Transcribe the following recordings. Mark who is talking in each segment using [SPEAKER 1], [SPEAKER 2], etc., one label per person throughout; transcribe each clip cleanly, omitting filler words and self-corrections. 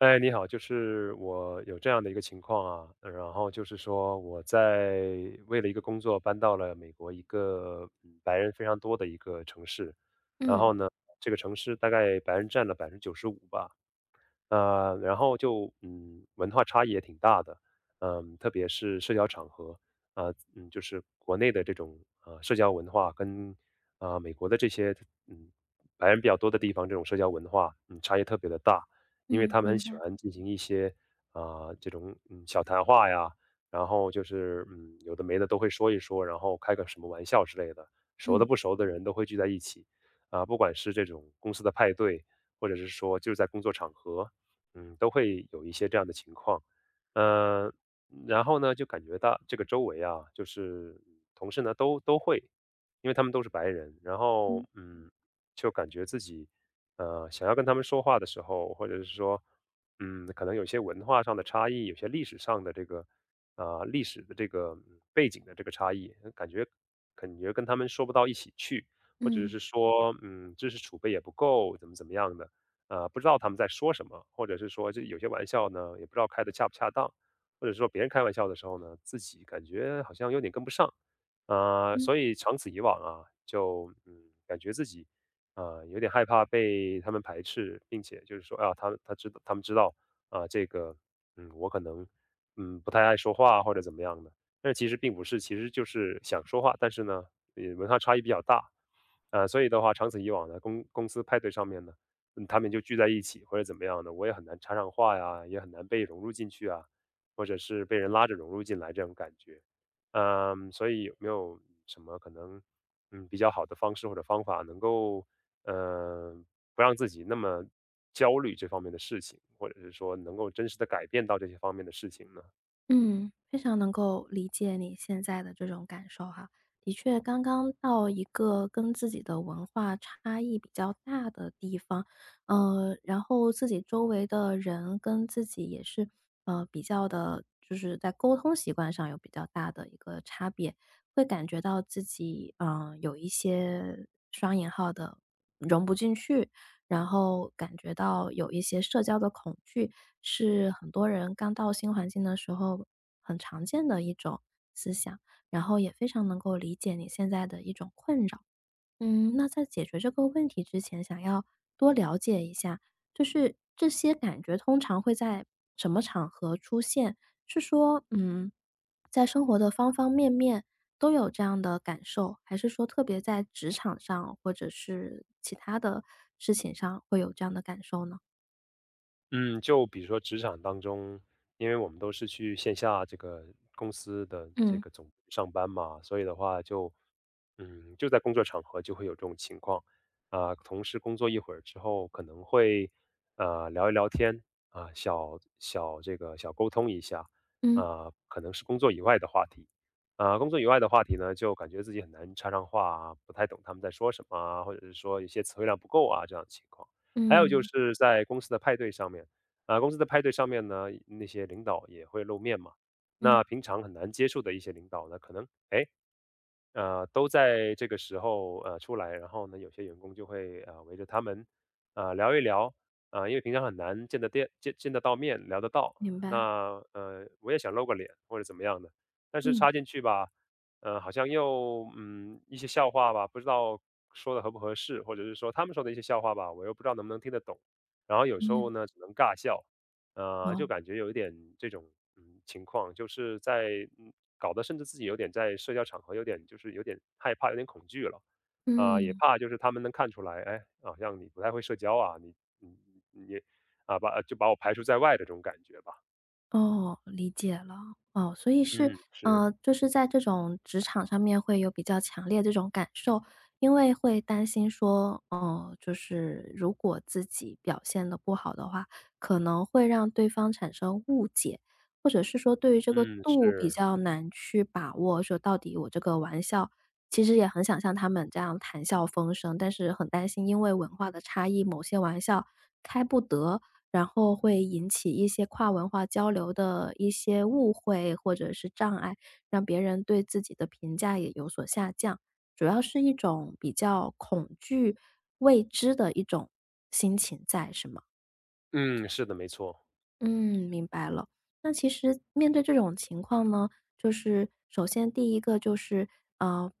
[SPEAKER 1] 哎，你好，就是我有这样的一个情况啊，然后就是说我在为了一个工作搬到了美国一个白人非常多的一个城市，然
[SPEAKER 2] 嗯
[SPEAKER 1] 后呢，这个城市大概白人占了95%吧，然后就文化差异也挺大的，特别是社交场合，啊，就是国内的这种社交文化跟美国的这些嗯白人比较多的地方，这种社交文化差异特别的大，因为
[SPEAKER 2] 嗯，
[SPEAKER 1] 他们很
[SPEAKER 2] 明
[SPEAKER 1] 喜
[SPEAKER 2] 白，
[SPEAKER 1] 欢进行一些这种小谈话呀，然后就是有的没的都会说一说，然后开个什么玩笑之类的，熟的
[SPEAKER 2] 嗯
[SPEAKER 1] 不熟的人都会聚在一起，不管是这种公司的派对。或者是说就是在工作场合，都会有一些这样的情况。呃，然后呢，就感觉到这个周围啊，就是同事呢都会，因为他们都是白人，然后
[SPEAKER 2] 嗯
[SPEAKER 1] 就感觉自己想要跟他们说话的时候，或者是说可能有些文化上的差异，有些历史上的这个历史的这个背景的这个差异，感觉跟他们说不到一起去，或者
[SPEAKER 2] 嗯
[SPEAKER 1] 是说知识储备也不够，怎么样的。不知道他们在说什么，或者是说这有些玩笑呢，也不知道开的恰不恰当，或者说别人开玩笑的时候呢，自己感觉好像有点跟不上，
[SPEAKER 2] 嗯
[SPEAKER 1] 所以长此以往啊，就感觉自己有点害怕被他们排斥，并且就是说，他知道他们知道这个我可能不太爱说话或者怎么样的，但是其实并不是，其实就是想说话，但是呢，也文化差异比较大，所以的话，长此以往呢，公司派对上面呢。他们就聚在一起或者怎么样的，我也很难插上话呀，也很难被融入进去啊，或者是被人拉着融入进来这种感觉。所以有没有什么可能，比较好的方式或者方法，能够，呃，不让自己那么焦虑这方面的事情，或者是说能够真实的改变到这些方面的事情呢？
[SPEAKER 2] 嗯，非常能够理解你现在的这种感受哈。的确，刚刚到一个跟自己的文化差异比较大的地方，然后自己周围的人跟自己也是，比较的，就是在沟通习惯上有比较大的一个差别，会感觉到自己，有一些双引号的融不进去，然后感觉到有一些社交的恐惧，是很多人刚到新环境的时候很常见的一种思想，然后也非常能够理解你现在的一种困扰。嗯，那在解决这个问题之前，想要多了解一下，就是这些感觉通常会在什么场合出现？是说，嗯，在生活的方方面面都有这样的感受，还是说特别在职场上或者是其他的事情上会有这样的感受呢？
[SPEAKER 1] 嗯，就比如说职场当中，因为我们都是去线下这个公司的这
[SPEAKER 2] 嗯
[SPEAKER 1] 个总部上班嘛，所以的话就，就在工作场合就会有这种情况同事工作一会儿之后，可能会聊一聊天小这个小沟通一下
[SPEAKER 2] 嗯
[SPEAKER 1] 可能是工作以外的话题呢，就感觉自己很难插上话啊，不太懂他们在说什么啊，或者是说一些词汇量不够啊这样的情况。还有就
[SPEAKER 2] 嗯
[SPEAKER 1] 是在公司的派对上面，公司的派对上面呢，那些领导也会露面嘛。那
[SPEAKER 2] 嗯，
[SPEAKER 1] 平常很难接触的一些领导呢，可能哎都在这个时候出来，然后呢，有些员工就会围着他们聊一聊因为平常很难见得到面，聊得到。
[SPEAKER 2] 明白。
[SPEAKER 1] 那我也想露个脸或者怎么样的，但是
[SPEAKER 2] 嗯
[SPEAKER 1] 插进去吧，好像又一些笑话吧，不知道说的合不合适，或者是说他们说的一些笑话吧，我又不知道能不能听得懂，然后有时
[SPEAKER 2] 嗯
[SPEAKER 1] 候呢只能尬笑就
[SPEAKER 2] 哦。
[SPEAKER 1] 感觉有一点这种情况，就是在嗯搞得甚至自己有点在社交场合有点就是有点害怕，有点恐惧了，也
[SPEAKER 2] 嗯。
[SPEAKER 1] 怕就是他们能看出来，哎，好像你不太会社交啊，你把就把我排除在外的这种感觉吧。
[SPEAKER 2] 哦，理解了。哦，所以是，
[SPEAKER 1] 嗯，是，
[SPEAKER 2] 就是在这种职场上面会有比较强烈这种感受，因为会担心说，就是如果自己表现的不好的话，可能会让对方产生误解，或者是说对于这个
[SPEAKER 1] 嗯
[SPEAKER 2] 度比
[SPEAKER 1] 是，
[SPEAKER 2] 较难去把握，说到底我这个玩笑，其实也很想像他们这样谈笑风生，但是很担心因为文化的差异，某些玩笑开不得。然后会引起一些跨文化交流的一些误会或者是障碍，让别人对自己的评价也有所下降。主要是一种比较恐惧未知的一种心情在，是吗？
[SPEAKER 1] 嗯是的，没错，
[SPEAKER 2] 嗯，明白了。那其实面对这种情况呢，就是首先第一个就是，呃，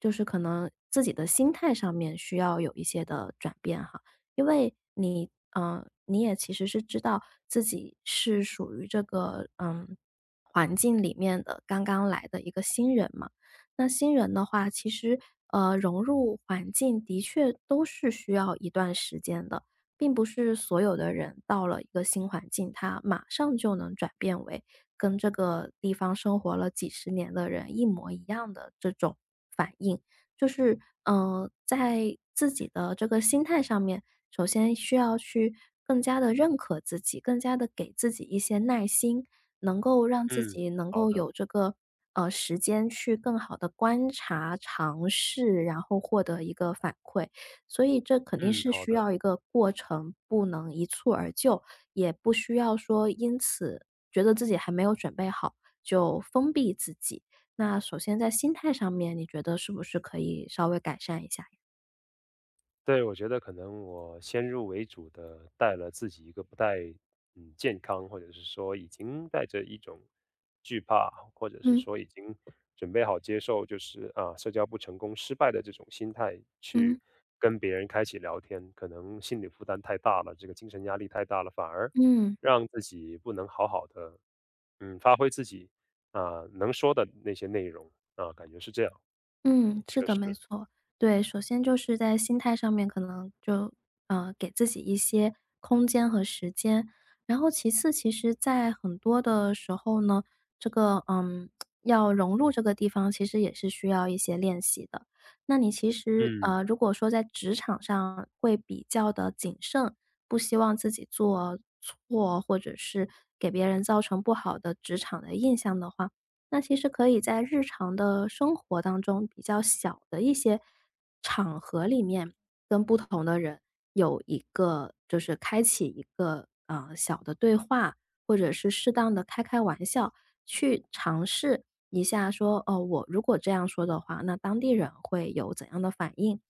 [SPEAKER 2] 就是可能自己的心态上面需要有一些的转变哈，因为你也其实是知道自己是属于这个，嗯，环境里面的刚刚来的一个新人嘛。那新人的话，其实，融入环境的确都是需要一段时间的。并不是所有的人到了一个新环境，他马上就能转变为跟这个地方生活了几十年的人一模一样的这种反应。就是，在自己的这个心态上面，首先需要去更加的认可自己，更加的给自己一些耐心，能够让自
[SPEAKER 1] 嗯，
[SPEAKER 2] 己能
[SPEAKER 1] 好
[SPEAKER 2] 够
[SPEAKER 1] 的，
[SPEAKER 2] 有这个，时间去更好的观察、尝试，然后获得一个反馈。所以这肯定
[SPEAKER 1] 嗯
[SPEAKER 2] 是
[SPEAKER 1] 好
[SPEAKER 2] 需
[SPEAKER 1] 的。
[SPEAKER 2] 要一个过程，不能一蹴而就，也不需要说因此觉得自己还没有准备好就封闭自己。那首先在心态上面，你觉得是不是可以稍微改善一下呀？
[SPEAKER 1] 对，我觉得可能我先入为主的带了自己一个不太健康，或者是说已经带着一种惧怕，或者是
[SPEAKER 2] 嗯
[SPEAKER 1] 说已经准备好接受就是社交不成功失败的这种心态去
[SPEAKER 2] 嗯
[SPEAKER 1] 跟别人开启聊天，可能心理负担太大了，这个精神压力太大了，反而
[SPEAKER 2] 嗯。
[SPEAKER 1] 让自己不能好好的发挥自己能说的那些内容啊，感觉是这样，
[SPEAKER 2] 嗯，是
[SPEAKER 1] 确
[SPEAKER 2] 的，
[SPEAKER 1] 实，
[SPEAKER 2] 没错。对，首先就是在心态上面可能就，给自己一些空间和时间。然后其次，其实在很多的时候呢，这个，嗯，要融入这个地方，其实也是需要一些练习的。那你其实，
[SPEAKER 1] 嗯。
[SPEAKER 2] 如果说在职场上会比较的谨慎，不希望自己做错，或者是给别人造成不好的职场的印象的话，那其实可以在日常的生活当中，比较小的一些场合里面，跟不同的人有一个就是开启一个，小的对话，或者是适当的开开玩笑，去尝试一下说，哦，我如果这样说的话，那当地人会有怎样的反应？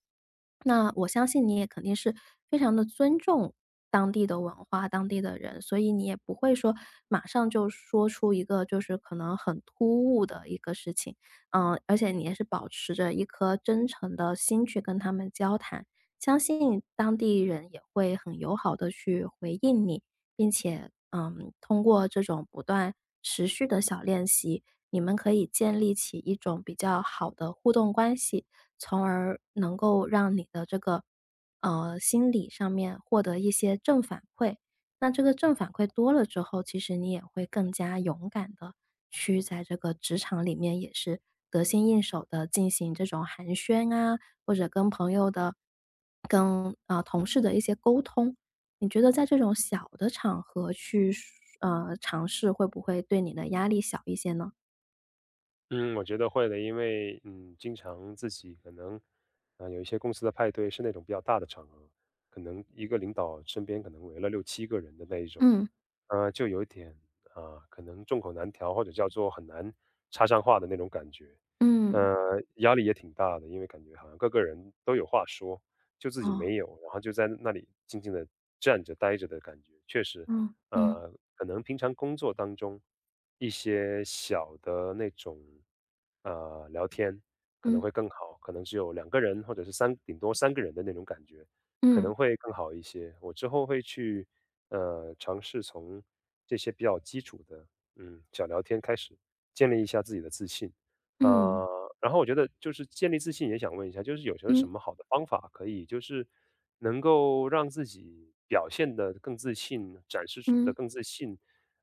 [SPEAKER 2] 那我相信你也肯定是非常的尊重当地的文化、当地的人，所以你也不会说马上就说出一个就是可能很突兀的一个事情。嗯，而且你也是保持着一颗真诚的心去跟他们交谈，相信当地人也会很友好的去回应你，并且，嗯，通过这种不断持续的小练习，你们可以建立起一种比较好的互动关系。从而能够让你的这个，心理上面获得一些正反馈。那这个正反馈多了之后，其实你也会更加勇敢的去在这个职场里面也是得心应手的进行这种寒暄啊，或者跟朋友的跟，同事的一些沟通。你觉得在这种小的场合去尝试会不会对你的压力小一些呢？
[SPEAKER 1] 嗯，我觉得会的，因为经常自己可能有一些公司的派对是那种比较大的场合，可能一个领导身边可能围了六七个人的那一种，
[SPEAKER 2] 嗯
[SPEAKER 1] 就有一点，可能众口难调，或者叫做很难插上话的那种感觉。
[SPEAKER 2] 嗯。
[SPEAKER 1] 压力也挺大的，因为感觉好像各个人都有话说，就自己
[SPEAKER 2] 哦。
[SPEAKER 1] 没有，然后就在那里静静的站着待着的感觉。确实，
[SPEAKER 2] 嗯嗯
[SPEAKER 1] 呃，可能平常工作当中一些小的那种，聊天可能
[SPEAKER 2] 嗯
[SPEAKER 1] 会更好，可能只有两个人或者是三，顶多三个人的那种感觉。可能
[SPEAKER 2] 嗯。
[SPEAKER 1] 会更好一些。我之后会去，尝试从这些比较基础的，小聊天开始，建立一下自己的自信。
[SPEAKER 2] 嗯，
[SPEAKER 1] 呃，然后我觉得就是建立自信，也想问一下，就是有什么什
[SPEAKER 2] 嗯，
[SPEAKER 1] 么好的方法可以，就是能够让自己表现的更自信，展示的
[SPEAKER 2] 嗯，
[SPEAKER 1] 更自信，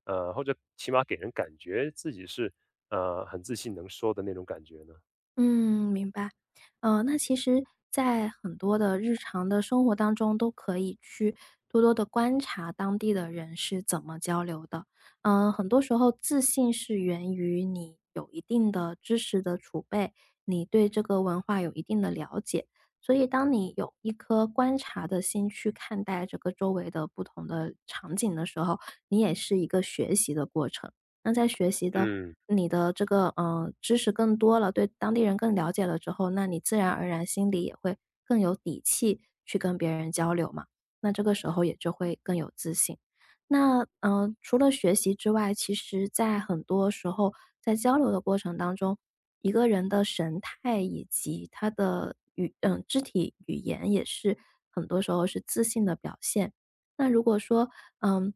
[SPEAKER 1] 或者起码给人感觉自己是很自信能说的那种感觉呢？
[SPEAKER 2] 嗯，明白。那其实在很多的日常的生活当中，都可以去多多的观察当地的人是怎么交流的。嗯，很多时候自信是源于你有一定的知识的储备，你对这个文化有一定的了解。所以当你有一颗观察的心去看待这个周围的不同的场景的时候，你也是一个学习的过程。那在学习的
[SPEAKER 1] 嗯。
[SPEAKER 2] 你的这个，知识更多了，对当地人更了解了之后，那你自然而然心里也会更有底气去跟别人交流嘛，那这个时候也就会更有自信。那，除了学习之外，其实在很多时候在交流的过程当中，一个人的神态以及他的肢体语言也是很多时候是自信的表现。那如果说，嗯，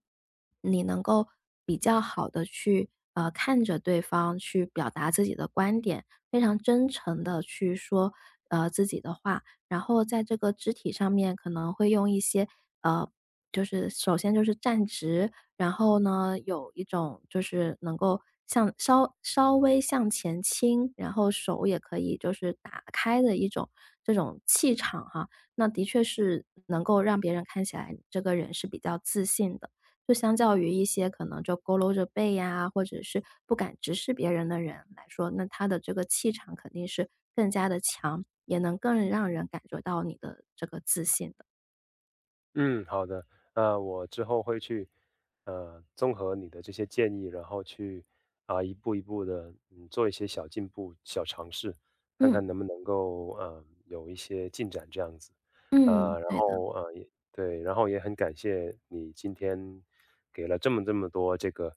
[SPEAKER 2] 你能够比较好的去，看着对方去表达自己的观点，非常真诚的去说，自己的话，然后在这个肢体上面可能会用一些，呃，就是首先就是站直，然后呢，有一种就是能够向稍稍微向前倾，然后手也可以就是打开的一种这种气场哈。那的确是能够让别人看起来这个人是比较自信的。就相较于一些可能就佝偻着背呀，或者是不敢直视别人的人来说，那他的这个气场肯定是更加的强，也能更让人感觉到你的这个自信的。
[SPEAKER 1] 嗯，好的。那我之后会去，综合你的这些建议，然后去一步一步的，做一些小进步、小尝试，看
[SPEAKER 2] 嗯，
[SPEAKER 1] 看能不能够，有一些进展这样子。
[SPEAKER 2] 嗯。对的，
[SPEAKER 1] 也对，然后也很感谢你今天给了这么多这个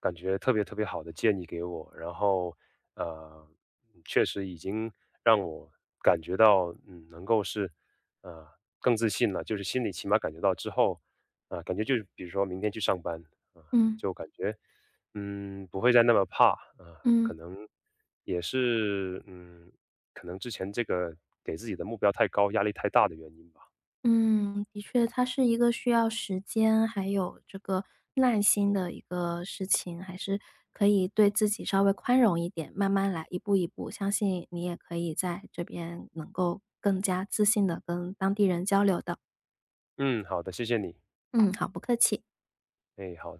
[SPEAKER 1] 感觉特别特别好的建议给我，然后呃，确实已经让我感觉到，能够是啊，更自信了，就是心里起码感觉到之后，感觉就是比如说明天去上班，啊，
[SPEAKER 2] 嗯，
[SPEAKER 1] 就感觉，不会再那么怕，可
[SPEAKER 2] 嗯。
[SPEAKER 1] 能也是，可能之前这个给自己的目标太高，压力太大的原因吧。
[SPEAKER 2] 嗯，的确，它是一个需要时间，还有这个耐心的一个事情，还是可以对自己稍微宽容一点，慢慢来，一步一步，相信你也可以在这边能够更加自信的跟当地人交流的。
[SPEAKER 1] 嗯，好的，谢谢你，
[SPEAKER 2] 嗯，好，不客气。
[SPEAKER 1] 哎，好。